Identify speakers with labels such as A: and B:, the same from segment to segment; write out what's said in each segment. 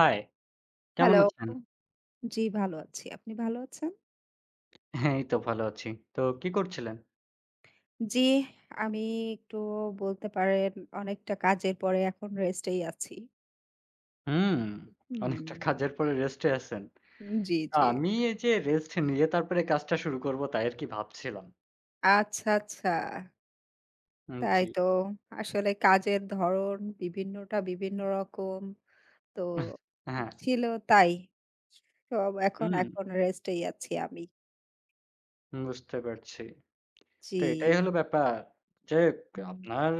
A: High, কেমন
B: hello.
A: আছেন?
B: জি, ভালো আছি। আপনি ভালো আছেন?
A: হ্যাঁ, এই তো ভালো আছি। তো কি করছিলেন?
B: জি, আমি একটু বলতে পারেন অনেকটা কাজের পরে এখন রেস্টেই আছি।
A: হুম,
B: হুম,
A: অনেকটা কাজের পরে রেস্টে আছেন।
B: জি, জি।
A: আমি এই যে রেস্ট নিয়ে তারপরে কাজটা শুরু করব তাই আরকি ভাবছিলাম।
B: আচ্ছা, আচ্ছা। তাই
A: জি।
B: তো। আসলে কাজের ধরন বিভিন্নটা বিভিন্ন রকম। তো
A: হ্যাঁ,
B: ছিল তাই। সব এখন,
A: হুম,
B: এখন রেস্টেই আছি আমি।
A: বুঝতে পারছি।
B: জি।
A: তো এটাই হলো ব্যাপার যে আপনার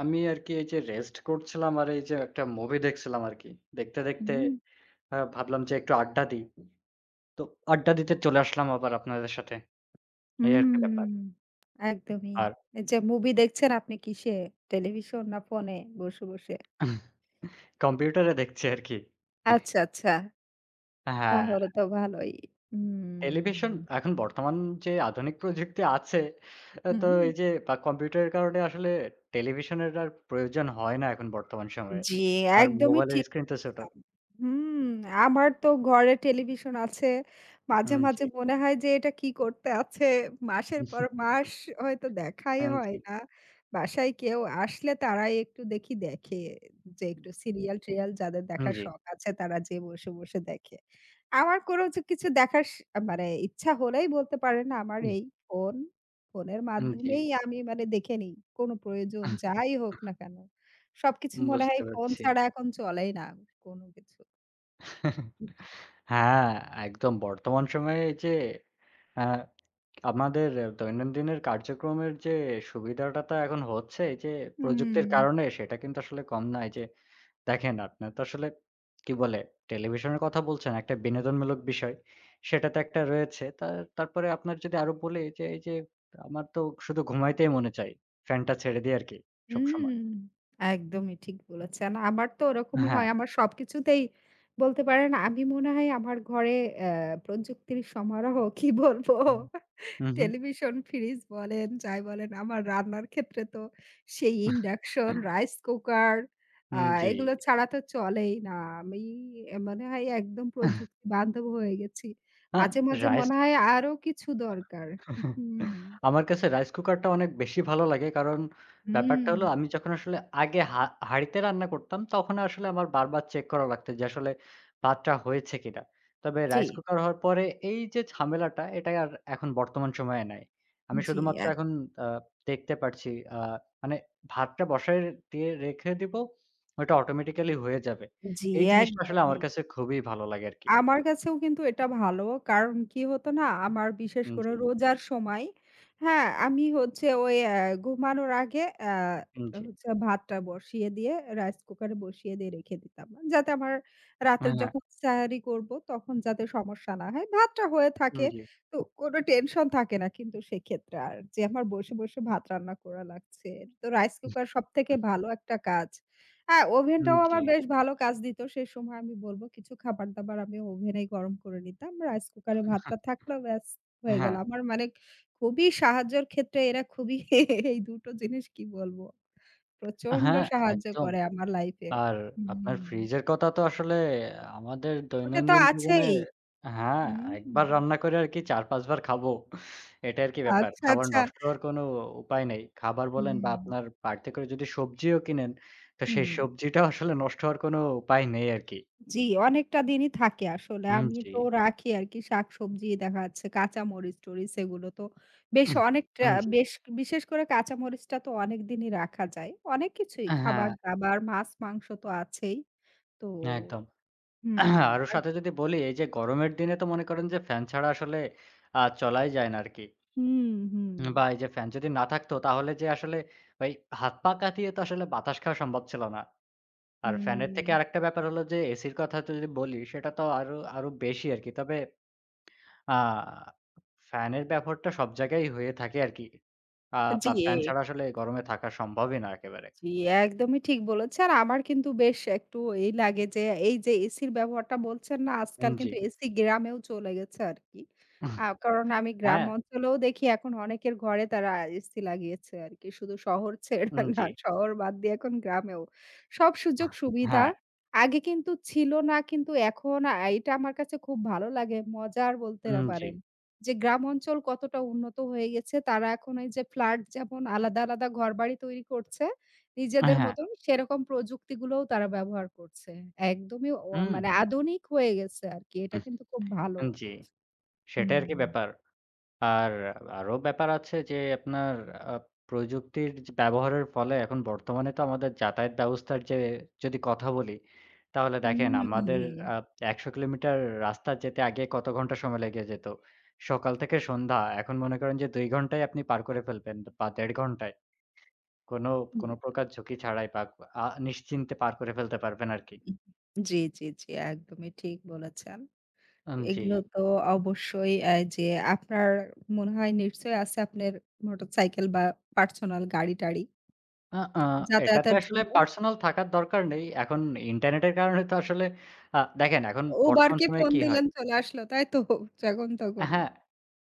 A: আমি আরকি এই যে রেস্ট করছিলাম আর এই যে একটা মুভি দেখছিলাম আরকি। দেখতে, দেখতে
B: হুম।
A: ভাবলাম যে একটু আড্ডা দিই। তো আড্ডা দিতে চলে আসলাম আবার আপনাদের সাথে। এই আরকি ব্যাপার।
B: হুম, একদমই।
A: আর
B: এই যে মুভি দেখছেন আপনি কিসে? টেলিভিশন না ফোনে বসে, বসে?
A: কম্পিউটারে দেখছি আরকি। এহ।
B: আচ্ছা, আচ্ছা।
A: হ্যাঁ,
B: তাহলে তো ভালোই। হুম,
A: টেলিভিশন এখন বর্তমান যে আধুনিক প্রযুক্তি আছে, তো
B: হুম।
A: এই যে বা কম্পিউটারের কারণে আসলে টেলিভিশনের আর প্রয়োজন হয় না এখন বর্তমান সময়ে।
B: জি,
A: আর
B: একদমই
A: মোবাইলের
B: ঠিক
A: স্ক্রিন তো ছোট।
B: বলেছেন। হুম, আমার তো ঘরে টেলিভিশন আছে। মাঝে,
A: জি।
B: মাঝে মনে হয় যে এটা কি করতে আছে? মাসের পর
A: হুম।
B: মাস হয়তো দেখাই
A: জি,
B: হয় না। বাসায় কেউ আসলে তারাই একটু দেখি দেখে যে একটু সিরিয়াল-টিরিয়াল যাদের দেখার
A: জি,
B: শখ আছে তারা যেয়ে বসে, বসে দেখে। আমার কোনো যে কিছু দেখার স মানে ইচ্ছা হলেই বলতে পারেন আমার এই ফোন, ফোনের
A: জি।
B: মাধ্যমেই আমি মানে দেখে নিই। কোনো প্রয়োজন যাই হোক না কেন। সবকিছু মনে
A: বুঝতে
B: হয় ফোন
A: পারছি।
B: ছাড়া এখন চলেই না কোনো কিছু।
A: হ্যাঁ, একদম বর্তমান সময়ে এই যে আ আমাদের দৈনন্দিনের কার্যক্রমের যে সুবিধাটা তো এখন হচ্ছে এই যে প্রযুক্তির
B: হুম।
A: কারণে সেটা কিন্তু আসলে কম না। এই যে দেখেন আপনার তো আসলে কি বলে টেলিভিশনের কথা বলছেন একটা বিনোদনমূলক বিষয়। সেটা তো একটা রয়েছে। তারপরে আপনার যদি আরো বলি যে এই যে আমার তো শুধু ঘুমাইতেই মনে চায়। ফ্যানটা ছেড়ে দিই আরকি
B: হুম,
A: সবসময়।
B: একদমই ঠিক বলেছেন। আমার তো ওরকমই
A: হ্যাঁ।
B: হয়। আমার সবকিছুতেই বলতে পারেন আমি মনে হয় আমার ঘরে অ্যা প্রযুক্তির সমারোহ কি বলবো?
A: হুম। হু, হু।
B: টেলিভিশন, ফ্রিজ বলেন, যাই বলেন আমার রান্নার ক্ষেত্রে তো সেই ইন্ডাকশন, রাইস কুকার আ
A: জি।
B: এগুলো ছাড়া তো চলেই না। আমি মনে হয় একদম প্রযুক্তি বান্ধব হয়ে গেছি।
A: আ
B: মাঝে, মাঝে
A: রাইস
B: মনে হয় আরো কিছু দরকার। হুম,
A: আমার কাছে রাইস কুকারটা অনেক বেশি ভালো লাগে। কারণ ব্যাপারটা
B: হুম।
A: হলো আমি যখন আসলে আগে হাঁড়িতে রান্না করতাম তখন আসলে আমার বারবার চেক করা লাগতো যে আসলে ভাতটা হয়েছে কিনা। তবে
B: জি,
A: রাইস কুকার হওয়ার পরে এই যে ঝামেলাটা এটা আর এখন বর্তমান সময়ে নাই। আমি
B: জি।
A: শুধুমাত্র এখন আ দেখতে পারছি আ মানে ভাতটা বসায় দিয়ে রেখে দিব। ওটা অটোমেটিক্যালি হয়ে যাবে।
B: জি,
A: এই জিনিসটা আসলে
B: একদমই।
A: আমার কাছে খুবই ভালো লাগে আরকি।
B: আমার কাছেও কিন্তু এটা ভালো। কারণ কি হতো না? আমার বিশেষ করে
A: জি,
B: রোজার সময়, হ্যাঁ, আমি হচ্ছে ওই ঘুমানোর আগে
A: জি।
B: হচ্ছে ভাতটা বসিয়ে দিয়ে রাইস কুকারে বসিয়ে দিয়ে রেখে দিতাম। যাতে আমার রাতের
A: হ্যাঁ, হ্যাঁ,
B: যখন সেহারি করব তখন যাতে সমস্যা না হয়। ভাতটা হয়ে থাকে।
A: জি।
B: তো কোনো টেনশন থাকে না কিন্তু সেক্ষেত্রে আর যে আমার বসে, বসে ভাত রান্না করা লাগছে। তো রাইস কুকার সবথেকে
A: হুম।
B: ভালো একটা কাজ। হ্যাঁ, ওভেনটাও
A: জি।
B: আমার বেশ ভালো কাজ দিত। সেই সময় আমি বলব কিছু খাবার-দাবার আমি ওভেনেই গরম করে নিতাম। রাইস কুকারে ভাতটা থাকলো ব্যাস হয়ে গেল।
A: হ্যাঁ,
B: আমার মানে খুবই সাহায্যের ক্ষেত্রে এরা খুবই এই ২টো টো জিনিস কি বলব? প্রচন্ড
A: হ্যাঁ,
B: সাহায্য
A: একদম।
B: করে আমার লাইফে।
A: আর আপনার
B: হুম।
A: ফ্রিজের কথা তো আসলে আমাদের
B: ওটা তো
A: দৈনন্দিন জীবনে
B: আছেই।
A: হ্যাঁ,
B: হুম।
A: একবার রান্না করে আরকি ৪-৫ বার খাবো। এটাই আরকি ব্যাপার।
B: আচ্ছা,
A: খাবার
B: আচ্ছা।
A: নষ্ট হওয়ার কোনো উপায় নেই। খাবার বলেন বা
B: হুম।
A: আপনার বাড়িতে করে যদি সবজিও কিনেন, তো সেই
B: হুম।
A: সবজিটাও আসলে নষ্ট হওয়ার কোনো উপায় নেই আরকি।
B: জি, অনেকটা দিনই থাকে আসলে। আমি
A: জি।
B: তো রাখি আরকি শাকসবজি দেখা যাচ্ছে কাঁচামরিচ-টরিচ এগুলো তো বেশ অনেকটা
A: জি।
B: বেশ বিশেষ করে কাঁচামরিচটা তো অনেকদিনই রাখা যায়। অনেক কিছুই
A: হ্যাঁ,
B: খাবার-দাবার, মাছ-মাংস তো আছেই। তো
A: একদম।
B: হুম,
A: আরো
B: আর
A: সাথে যদি বলি এই যে গরমের দিনে তো মনে করেন যে ফ্যান ছাড়া আসলে চলাই যায় না আরকি।
B: হুম, হুম,
A: বা এই যে ফ্যান যদি না থাকতো তাহলে যে আসলে ভাই হাত-পা কাঁপিয়ে তো আসলে বাতাস খাওয়া সম্ভব ছিল না। আর ফ্যানের থেকে
B: হুম।
A: আরেকটা ব্যাপার হলো যে এসির কথা তো যদি বলি সেটা তো আরো, আরো বেশি আরকি। তবে আ ফ্যানের ব্যাপারটা সব জায়গায় হয়ে থাকে আরকি। বা
B: জি।
A: ফ্যান ছাড়া আসলে গরমে থাকা সম্ভবই না একেবারে।
B: জি, একদমই ঠিক বলেছে। আর আমার কিন্তু বেশ একটু এই লাগে যে এই যে এসির ব্যবহারটা বলছেন না আজকাল
A: জি।
B: কিন্তু এসি গ্রামেও চলে গেছে আরকি।
A: উহ,
B: কারণ আমি গ্রাম
A: হ্যাঁ,
B: অঞ্চলেও দেখি এখন অনেকের ঘরে তারা এসি লাগিয়েছে আরকি। শুধু শহর ছেড়ে না
A: জি।
B: শহর বাদ দিয়ে এখন গ্রামেও। সব সুযোগ সুবিধা
A: হ্যাঁ,
B: আগে কিন্তু ছিল না কিন্তু এখন এটা আমার কাছে খুব ভালো লাগে। মজার বলতে না
A: জি।
B: পারেন। যে গ্রাম অঞ্চল কতটা উন্নত হয়ে গেছে তারা এখন এই যে ফ্ল্যাট যেমন আলাদা, আলাদা ঘরবাড়ি তৈরি করছে। নিজেদের
A: হ্যাঁ,
B: মতন সেরকম প্রযুক্তিগুলোও তারা ব্যবহার করছে। একদমই ও মানে আধুনিক হয়ে গেছে আরকি। এটা কিন্তু খুব ভালো।
A: হুম, জি। সেটাই আরকি
B: হুম।
A: ব্যাপার। আর আরো ব্যাপার আছে যে আপনার আ প্রযুক্তির যে ব্যবহারের ফলে এখন বর্তমানে তো আমাদের যাতায়াত ব্যবস্থার যে যদি কথা বলি, তাহলে
B: হুম,
A: দেখেন
B: হুম।
A: আমাদের আ ১০০ কিলোমিটার রাস্তা যেতে আগে কত ঘন্টা সময় লেগে যেত। সকাল থেকে সন্ধ্যা এখন মনে করেন যে ২ ঘন্টায় আপনি পার করে ফেলবেন বা ১.৫ ঘন্টায়। কোনো, কোনো প্রকার ঝুঁকি ছাড়াই বা নিশ্চিন্তে পার করে ফেলতে পারবেন আরকি।
B: জি, জি, জি। একদমই ঠিক বলেছেন।
A: জি।
B: এগুলো তো অবশ্যই যে আপনার মনে হয় নিশ্চয়ই আছে আপনার মোটরসাইকেল বা পার্সোনাল গাড়ি-টাড়ি
A: আ আ এটা তো
B: যাতায়াতের
A: আসলে
B: জন্য।
A: পার্সোনাল থাকার দরকার নেই। এখন ইন্টারনেটের কারণে তো আসলে দেখেন এখন বর্তমান
B: উবারকে
A: সময়ে
B: ফোন
A: কি হয়
B: দিলেন চলে আসলো, তাই তো? যখন তখন।
A: হ্যাঁ,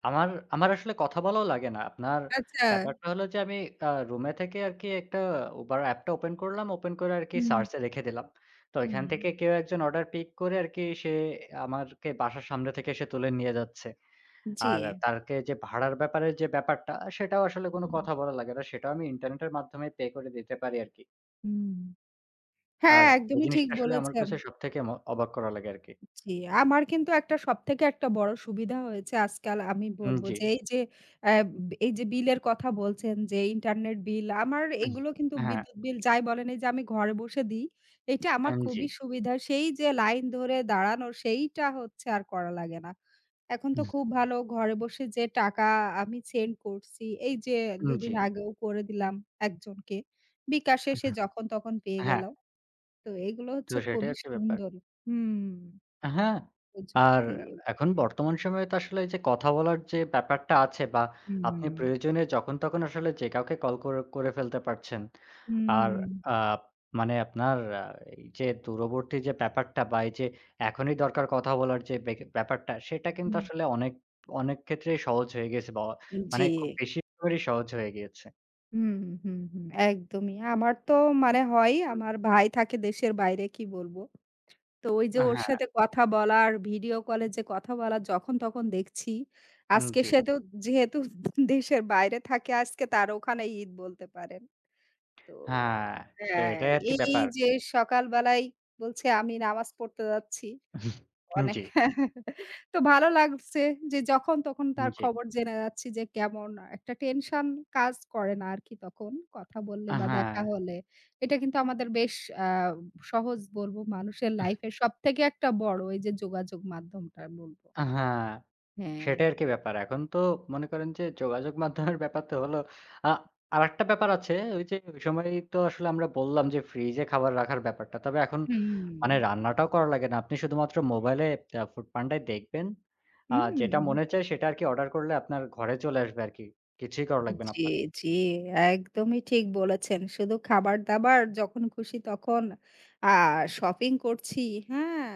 A: আমার আমার আসলে কথা বলাও লাগে না। আপনার
B: আচ্ছা।
A: ব্যাপারটা হলো যে আমি রুমে থেকে আরকি একটা Uber অ্যাপটা ওপেন করলাম। ওপেন করে আরকি
B: হুম,
A: সার্চ এ রেখে দিলাম। তো এখান
B: হুম।
A: থেকে কেউ একজন অর্ডার পিক করে আরকি সে আমাকে বাসার সামনে থেকে সে তুলে নিয়ে যাচ্ছে।
B: জি।
A: আর তারকে যে ভাড়ার ব্যাপারে যে ব্যাপারটা সেটাও আসলে কোনো
B: হুম।
A: কথা বলা লাগে না। সেটাও আমি ইন্টারনেটের মাধ্যমে পে করে দিতে পারি আরকি।
B: হুম। হ্যাঁ,
A: আর এই
B: একদমই ঠিক
A: জিনিসটা আসলে আমার
B: বলেছেন।
A: কাছে সবথেকে অবাক করা লাগে আরকি।
B: জি, আমার কিন্তু একটা সবথেকে একটা বড় সুবিধা হয়েছে আজকাল আমি বলব
A: জি।
B: যে এই যে অ্যা এই যে বিলের কথা বলছেন যে ইন্টারনেট বিল আমার
A: উহ
B: এগুলো কিন্তু
A: হ্যাঁ,
B: বিদ্যুৎ বিল যাই বলেন এই যে আমি ঘরে বসে দিই। এটা আমার
A: জি।
B: খুবই সুবিধা। সেই যে লাইন ধরে দাঁড়ানো সেইটা হচ্ছে আর করা লাগে না। এখন তো খুব ভালো ঘরে বসে যে টাকা আমি সেন্ড করছি এই যে
A: জি।
B: দুদিন আগেও করে দিলাম একজনকে। বিকাশে সে যখন তখন পেয়ে
A: হ্যাঁ,
B: গেল। তো এগুলো
A: তো
B: হচ্ছে
A: সেটাই
B: খুবই
A: আরকি ব্যাপার।
B: সুন্দর। হুম।
A: হ্যাঁ, আর
B: প্রযুক্তি
A: এখন বর্তমান সময়ে তো আসলে এই যে কথা বলার যে ব্যাপারটা আছে বা আপনি
B: হুম,
A: প্রয়োজনে যখন তখন আসলে যে কাউকে কল করে করে ফেলতে পারছেন। আর
B: হুম,
A: আ মানে আপনার এই যে দূরবর্তী যে ব্যাপারটা বা এই যে এখনই দরকার কথা বলার যে ব্যাপারটা সেটা কিন্তু
B: হুম।
A: আসলে অনেক, অনেক ক্ষেত্রেই সহজ হয়ে গেছে বা মানে
B: জি।
A: খুব বেশি করেই সহজ হয়ে গিয়েছে।
B: হুম, হুম, হুম, একদমই। আমার তো মানে হয়
A: হুম।
B: আমার ভাই থাকে দেশের বাইরে কি বলব। তো ওই যে ওর
A: হ্যাঁ,
B: সাথে কথা বলা আর ভিডিও কলে যে কথা বলা যখন তখন দেখছি। আজকে
A: জি।
B: সে তো যেহেতু দেশের বাইরে থাকে আজকে তার ওখানে ঈদ বলতে পারেন। তো
A: হ্যাঁ, তো
B: হ্যাঁ,
A: এটাই আরকি
B: এই
A: ব্যাপার।
B: যে সকালবেলায় বলছে আমি নামাজ পড়তে যাচ্ছি। অনেক
A: জি,
B: তো ভালো লাগছে যে যখন তখন তার
A: জি।
B: খবর জেনে যাচ্ছি যে কেমন একটা টেনশন কাজ করে না আরকি তখন কথা বললে বা
A: হ্যাঁ,
B: দেখা হলে। এটা কিন্তু আমাদের বেশ আ সহজ বলব মানুষের লাইফের সবথেকে একটা বড় এই যে যোগাযোগ মাধ্যমটা বলব।
A: হ্যাঁ।
B: হ্যাঁ।
A: সেটাই আরকি ব্যাপার। এখন তো মনে করেন যে যোগাযোগ মাধ্যমের ব্যাপার তো হলো আ আরেকটা ব্যাপার আছে ওই যে ওই সময় তো আসলে আমরা বললাম যে ফ্রিজে খাবার রাখার ব্যাপারটা। তবে এখন
B: হুম,
A: মানে রান্নাটাও করা লাগে না। আপনি শুধুমাত্র মোবাইলে ফুডপান্ডায় দেখবেন।
B: হুম।
A: যেটা মনে চায় সেটা আরকি অর্ডার করলে আপনার ঘরে চলে আসবে আরকি। কিছুই করা লাগবে না
B: জি,
A: আপনার।
B: জি, একদমই ঠিক বলেছেন। শুধু খাবার-দাবার যখন খুশি তখন আ শপিং করছি, হ্যাঁ?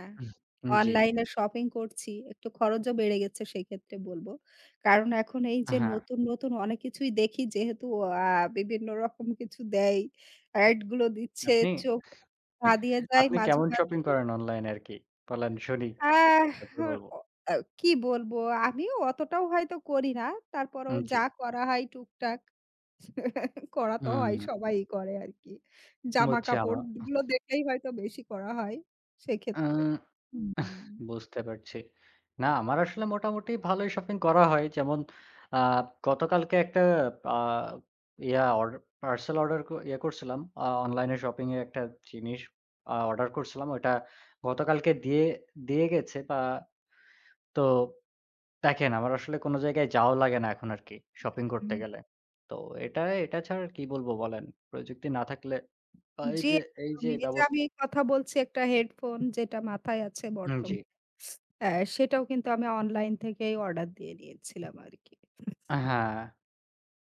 A: হুম, জি।
B: অনলাইনে শপিং করছি। একটু খরচও বেড়ে গেছে সেক্ষেত্রে বলব। কারণ এখন এই যে
A: হ্যাঁ,
B: নতুন, নতুন অনেক কিছুই দেখি যেহেতু আ বিভিন্ন রকম কিছু দেয়, অ্যাড গুলো দিচ্ছে,
A: আপনি
B: চোখ ধা দিয়ে যায়
A: আপনি
B: মাঝে,
A: কেমন শপিং
B: মাঝে।
A: করেন অনলাইনে আরকি? বলেন শুনি,
B: আহ
A: তারপর বলব।
B: অ আ কি বলবো? আমিও অতটাও হয়তো করি না। তারপরেও
A: জি।
B: যা করা হয় টুকটাক। করা তো
A: হুম,
B: হয়, সবাই করে আরকি।
A: বুঝছি আমা
B: জামাকাপড় গুলো দেখলেই হয়তো বেশি করা হয়
A: আ
B: সেক্ষেত্রে। হুম।
A: বুঝতে পারছি। না আমার আসলে মোটামুটি ভালোই শপিং করা হয়। যেমন আ গতকালকে একটা আ ইয়া অর্ডার পার্সেল অর্ডার ক ইয়ে করছিলাম। অনলাইন শপিং এ একটা জিনিস অর্ডার করছিলাম। ওটা গতকালকে দিয়ে দিয়ে গেছে বা তো দেখেন আমার আসলে কোন জায়গায় যাওয়া লাগে না এখন আরকি শপিং করতে
B: হুম,
A: গেলে। তো এটা এটা ছাড়া আর কি বলব বলেন? প্রযুক্তি না থাকলে বা এই
B: জি
A: যে এই যে
B: একদমই। এই যে
A: ব্যবস্থা
B: আমি কথা বলছি একটা হেডফোন যেটা মাথায় আছে
A: হুম, জি।
B: বর্তমানে। অ্যা সেটাও কিন্তু আমি অনলাইন থেকেই অর্ডার দিয়ে নিয়েছিলাম আরকি।
A: হ্যাঁ।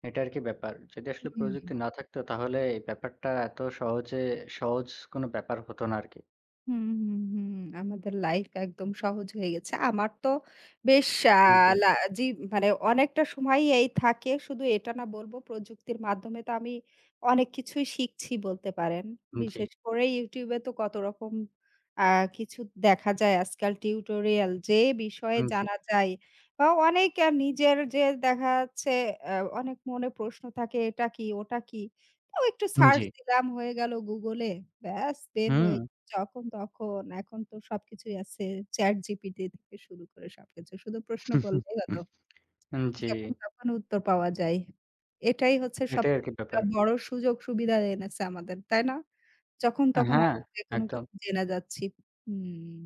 A: এটা আরকি ব্যাপার। যদি আসলে
B: হুম।
A: প্রযুক্তি না থাকতো তাহলে এই ব্যাপারটা এত সহজে সহজ কোনো ব্যাপার হতো না আরকি।
B: হুম, হুম, হুম। আমাদের লাইফ একদম সহজ হয়ে গেছে। আমার তো বেশ আ
A: জি,
B: লা জি মানে অনেকটা সময়ই এই থাকে। শুধু এটা না বলবো প্রযুক্তির মাধ্যমে তো আমি অনেক কিছুই শিখছি বলতে পারেন।
A: জি,
B: বিশেষ করে YouTube এ তো কত রকম আ কিছু দেখা যায় আজকাল টিউটোরিয়াল যে বিষয়ে
A: জি,
B: জানা যায় বা অনেক নিজের যে দেখা যাচ্ছে আ অনেক মনে প্রশ্ন থাকে এটা কি? ওটা কি? তো একটু সার্চ
A: জি,
B: দিলাম হয়ে গেল Google এ ব্যাস বের
A: হুম।
B: হয়ে যখন তখন। এখন তো সবকিছুই আছে। ChatGPT থেকে শুরু করে সবকিছু। শুধু প্রশ্ন করলেই হলো।
A: জি,
B: যখন তখন উত্তর পাওয়া যায়। এটাই হচ্ছে
A: এটাই আরকি
B: সবথেকে একটা
A: ব্যাপার।
B: বড় সুযোগ সুবিধা এনেছে আমাদের, তাই না? যখন তখন
A: হ্যাঁ,
B: আমরা যেকোনো
A: একদম।
B: কিছু জেনে যাচ্ছি। হুম।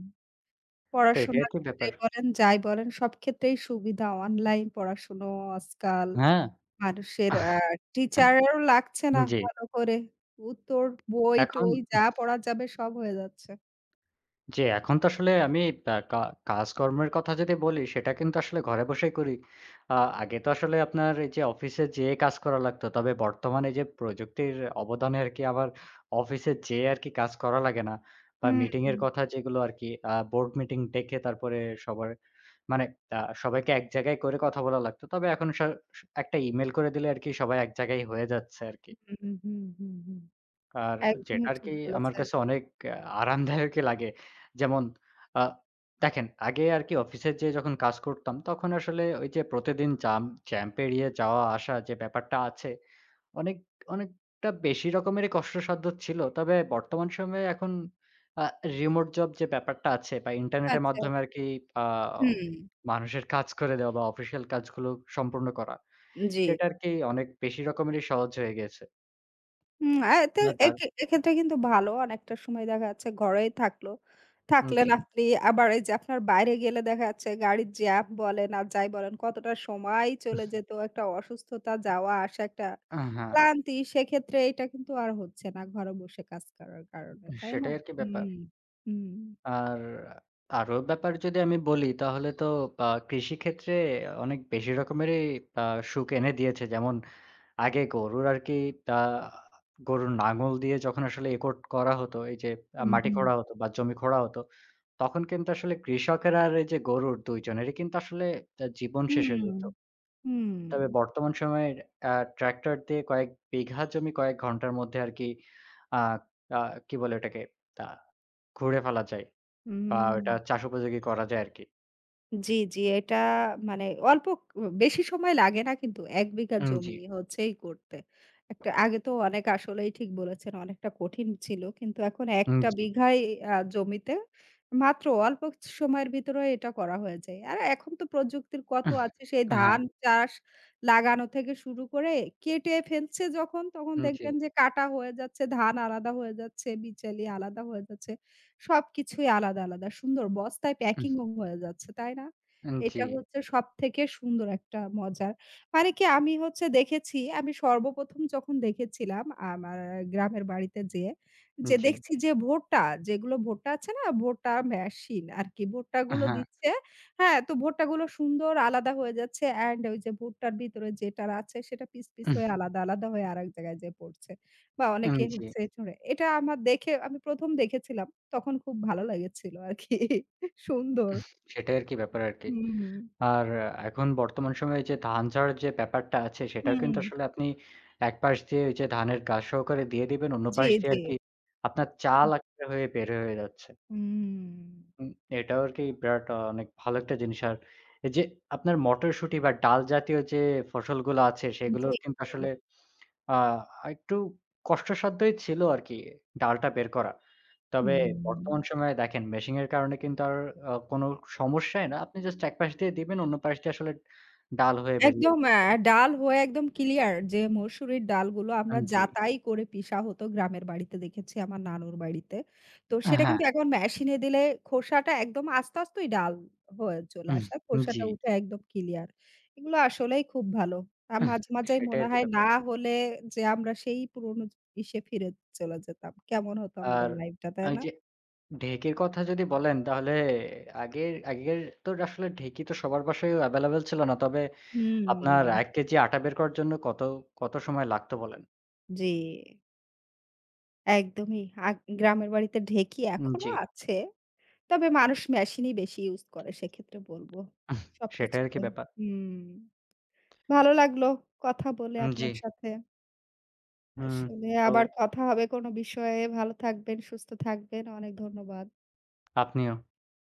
A: তো এটাই
B: পড়াশোনার
A: আরকি
B: ক্ষেত্রে
A: ব্যাপার।
B: বলেন, যাই বলেন সব ক্ষেত্রেই সুবিধা। অনলাইন পড়াশুনো আজকাল
A: হ্যাঁ,
B: মানুষের টিচারেরও লাগছে না
A: জি।
B: ভালো করে। উত্তর,
A: এখন
B: বই-টই যা পড়া যাবে সব হয়ে যাচ্ছে।
A: জি, এখন তো আসলে আমি আ কা কাজকর্মের কথা যদি বলি, সেটা কিন্তু আসলে ঘরে বসেই করি। আ আগে তো আসলে আপনার এই যে অফিসে যেয়ে কাজ করা লাগতো। তবে বর্তমানে যে প্রযুক্তির অবদানে আরকি আবার অফিসে যেয়ে আরকি কাজ করা লাগে না। বা
B: হুম।
A: মিটিং এর কথা যেগুলো আরকি বোর্ড মিটিং ডেকে তারপরে সবার মানে সবাইকে এক জায়গায় করে কথা বলা লাগতো। তবে এখন একটা ইমেইল করে দিলে আরকি সবাই এক জায়গায় হয়ে যাচ্ছে আরকি।
B: হুম, হুম, হুম, হুম।
A: আর যেটা
B: একদমই
A: আরকি
B: ঠিক
A: আমার
B: বলেছেন।
A: কাছে অনেক আ আরামদায়কই লাগে। যেমন আ দেখেন আগে আরকি অফিসে যেয়ে যখন কাজ করতাম তখন আসলে ওই যে প্রতিদিন জ্যাম পেরিয়ে যাওয়া আসা যে ব্যাপারটা আছে অনেক অনেকটা বেশি রকমেরই কষ্টসাধ্য ছিল। তবে বর্তমান সময়ে এখন আ রিমোট জব যে ব্যাপারটা আছে বা ইন্টারনেটের
B: আচ্ছা,
A: মাধ্যমে আরকি আ
B: হুম,
A: মানুষের কাজ করে দেওয়া বা অফিসিয়াল কাজগুলো সম্পূর্ণ করা
B: জি।
A: সেটা আরকি অনেক বেশি রকমেরই সহজ হয়ে গেছে।
B: হুম, আ তে
A: না যার
B: এক্ষেত্রে কিন্তু ভালো। অনেকটা সময় দেখা যাচ্ছে ঘরেই থাকলো।
A: জি।
B: থাকলেন আপনি আবার এই যে আপনার বাইরে গেলে দেখা যাচ্ছে গাড়ির জ্যাম বলেন আর যাই বলেন কতটা সময় চলে যেত। একটা অসুস্থতা যাওয়া আসা একটা
A: হ্যাঁ।
B: ক্লান্তি সেক্ষেত্রে এটা কিন্তু আর হচ্ছে না ঘরে বসে কাজ করার কারণে। তাই না?
A: সেটাই আরকি ব্যাপার।
B: হুম, হুম,
A: আর আরো ব্যাপার যদি আমি বলি তাহলে তো কৃষিক্ষেত্রে অনেক বেশি রকমেরই আ সুখ এনে দিয়েছে। যেমন আগে গরুর আরকি তা গরুর নাঙল দিয়ে যখন আসলে করা হতো, এই যে
B: হুম,
A: মাটি
B: হুম,
A: খোঁড়া হতো বা জমি খোঁড়া হতো, তখন কিন্তু আসলে কৃষকের আর এই যে গরুর ২ জনেরই কিন্তু আসলে জীবন শেষ হয়ে
B: হুম,
A: যেত।
B: হুম।
A: তবে বর্তমান সময়ে আ ট্রাক্টর দিয়ে কয়েক বিঘা জমি কয়েক ঘন্টার মধ্যে আরকি আ আ কি বলে ওটাকে? আ খুঁড়ে ফেলা যায়। ওটা
B: হুম
A: চাষ উপযোগী করা যায় আরকি।
B: জি, জি। এটা মানে অল্প বেশি সময় লাগে না কিন্তু ১ বিঘা
A: জি,
B: জমি হচ্ছে এই করতে। একটা আগে তো অনেক আসলেই ঠিক বলেছেন অনেকটা কঠিন ছিল। কিন্তু এখন একটা
A: জি।
B: বিঘায় জমিতে মাত্র অল্প সময়ের ভিতরে এটা করা হয়ে যায়। আর এখন তো প্রযুক্তির কত আছে সেই
A: হ্যাঁ,
B: ধান চাষ লাগানো থেকে শুরু করে কেটে ফেলছে যখন তখন
A: জি,
B: দেখবেন যে কাটা হয়ে যাচ্ছে, ধান আলাদা হয়ে যাচ্ছে, বিচালি আলাদা হয়ে যাচ্ছে। সবকিছুই আলাদা, আলাদা সুন্দর বস্তায়
A: উহ
B: প্যাকিংও হয়ে যাচ্ছে, তাই না?
A: জি,
B: এটা হচ্ছে সবথেকে সুন্দর একটা মজার। মানে কি আমি হচ্ছে দেখেছি, আমি সর্বপ্রথম যখন দেখেছিলাম আমার গ্রামের বাড়িতে যেয়ে, যে
A: জি,
B: দেখছি যে ভুট্টা, যেগুলো ভুট্টা আছে না? ভুট্টা মেশিন আরকি ভুট্টাগুলো
A: হ্যাঁ,
B: দিচ্ছে। হ্যাঁ, তো ভুট্টাগুলো সুন্দর আলাদা হয়ে যাচ্ছে অ্যান্ড ওই যে ভুট্টার ভিতরে যেটার আছে সেটা পিস, পিস
A: উহ
B: হয়ে আলাদা, আলাদা হয়ে আরেক জায়গায় যেয়ে পড়ছে। বা অনেকে
A: জি,
B: হচ্ছে ছড়ে। এটা আমার দেখে আমি ১ম দেখেছিলাম। তখন খুব ভালো লেগেছিল আরকি। সুন্দর।
A: উহ সেটাই আরকি ব্যাপার আরকি।
B: হুম, হুম।
A: আর এখন বর্তমান সময়ে যে ধান ঝাড়ার যে ব্যাপারটা আছে সেটাও
B: হুম।
A: কিন্তু আসলে আপনি এক পাশ দিয়ে ওই যে ধানের গাছ সহকারে দিয়ে দিবেন, অন্য
B: জি,
A: পাশ দিয়ে
B: জি।
A: আরকি আপনার চাল আকারে হয়ে বের হয়ে যাচ্ছে।
B: হুম।
A: উম এটাও আরকি বিরাট অনেক ভালো একটা জিনিস। আর এই যে আপনার মটরশুঁটি বা ডাল জাতীয় যে ফসলগুলো আছে
B: জি।
A: সেগুলোর কিন্তু আসলে আ একটু কষ্টসাধ্যই ছিল আরকি ডালটা বের করা। তবে
B: হুম।
A: বর্তমান সময়ে দেখেন মেশিং এর কারণে কিন্তু আর কোনো সমস্যাই না। আপনি জাস্ট এক পাশ দিয়ে দিবেন, অন্য পাশ দিয়ে আসলে ডাল হয়ে বেরিয়ে
B: একদম
A: যাবে।
B: আ ডাল হয়ে একদম ক্লিয়ার যে মসুরির ডালগুলো আমরা
A: জি।
B: যাতাই করে পিষা হতো গ্রামের বাড়িতে দেখেছি আমার নানুর বাড়িতে। তো সেটা
A: হ্যাঁ,
B: কিন্তু এখন মেশিনে দিলে খোসাটা একদম আস্তে, আস্তেই ডাল হয়ে চলে
A: উম,
B: আসে।
A: জি।
B: খোসাটা উঠে একদম ক্লিয়ার। এগুলো আসলেই খুব ভালো। আর
A: উহ,
B: মাঝে, মাঝেই
A: সেটাই
B: মনে
A: আরকি
B: হয়
A: ব্যাপার।
B: না হলে যে আমরা সেই পুরনো ইসে ফিরে চলে যেতাম। কেমন হতো আমাদের
A: আর
B: লাইফটা, তাই
A: এই
B: না?
A: যে ঢেঁকির কথা যদি বলেন তাহলে আগের আগের তো আসলে ঢেঁকি তো সবার বাসায় এভেইলেবল ছিল না। তবে আপনার
B: হুম,
A: ১ কেজি আটা বের করার জন্য কত সময় লাগতো বলেন?
B: জি। একদমই। আ গ্রামের বাড়িতে ঢেঁকি এখনো
A: জি।
B: আছে। তবে মানুষ মেশিনই বেশি ইউজ করে সেক্ষেত্রে বলবো।
A: উহ, সেটাই আরকি
B: সবকিছুতে।
A: ব্যাপার।
B: হুম। ভালো লাগলো কথা বলে
A: জি,
B: আপনার সাথে।
A: হুম,
B: আসলে
A: তো
B: আবার কথা হবে কোনো বিষয়ে। ভালো থাকবেন, সুস্থ থাকবেন। অনেক ধন্যবাদ।
A: আপনিও।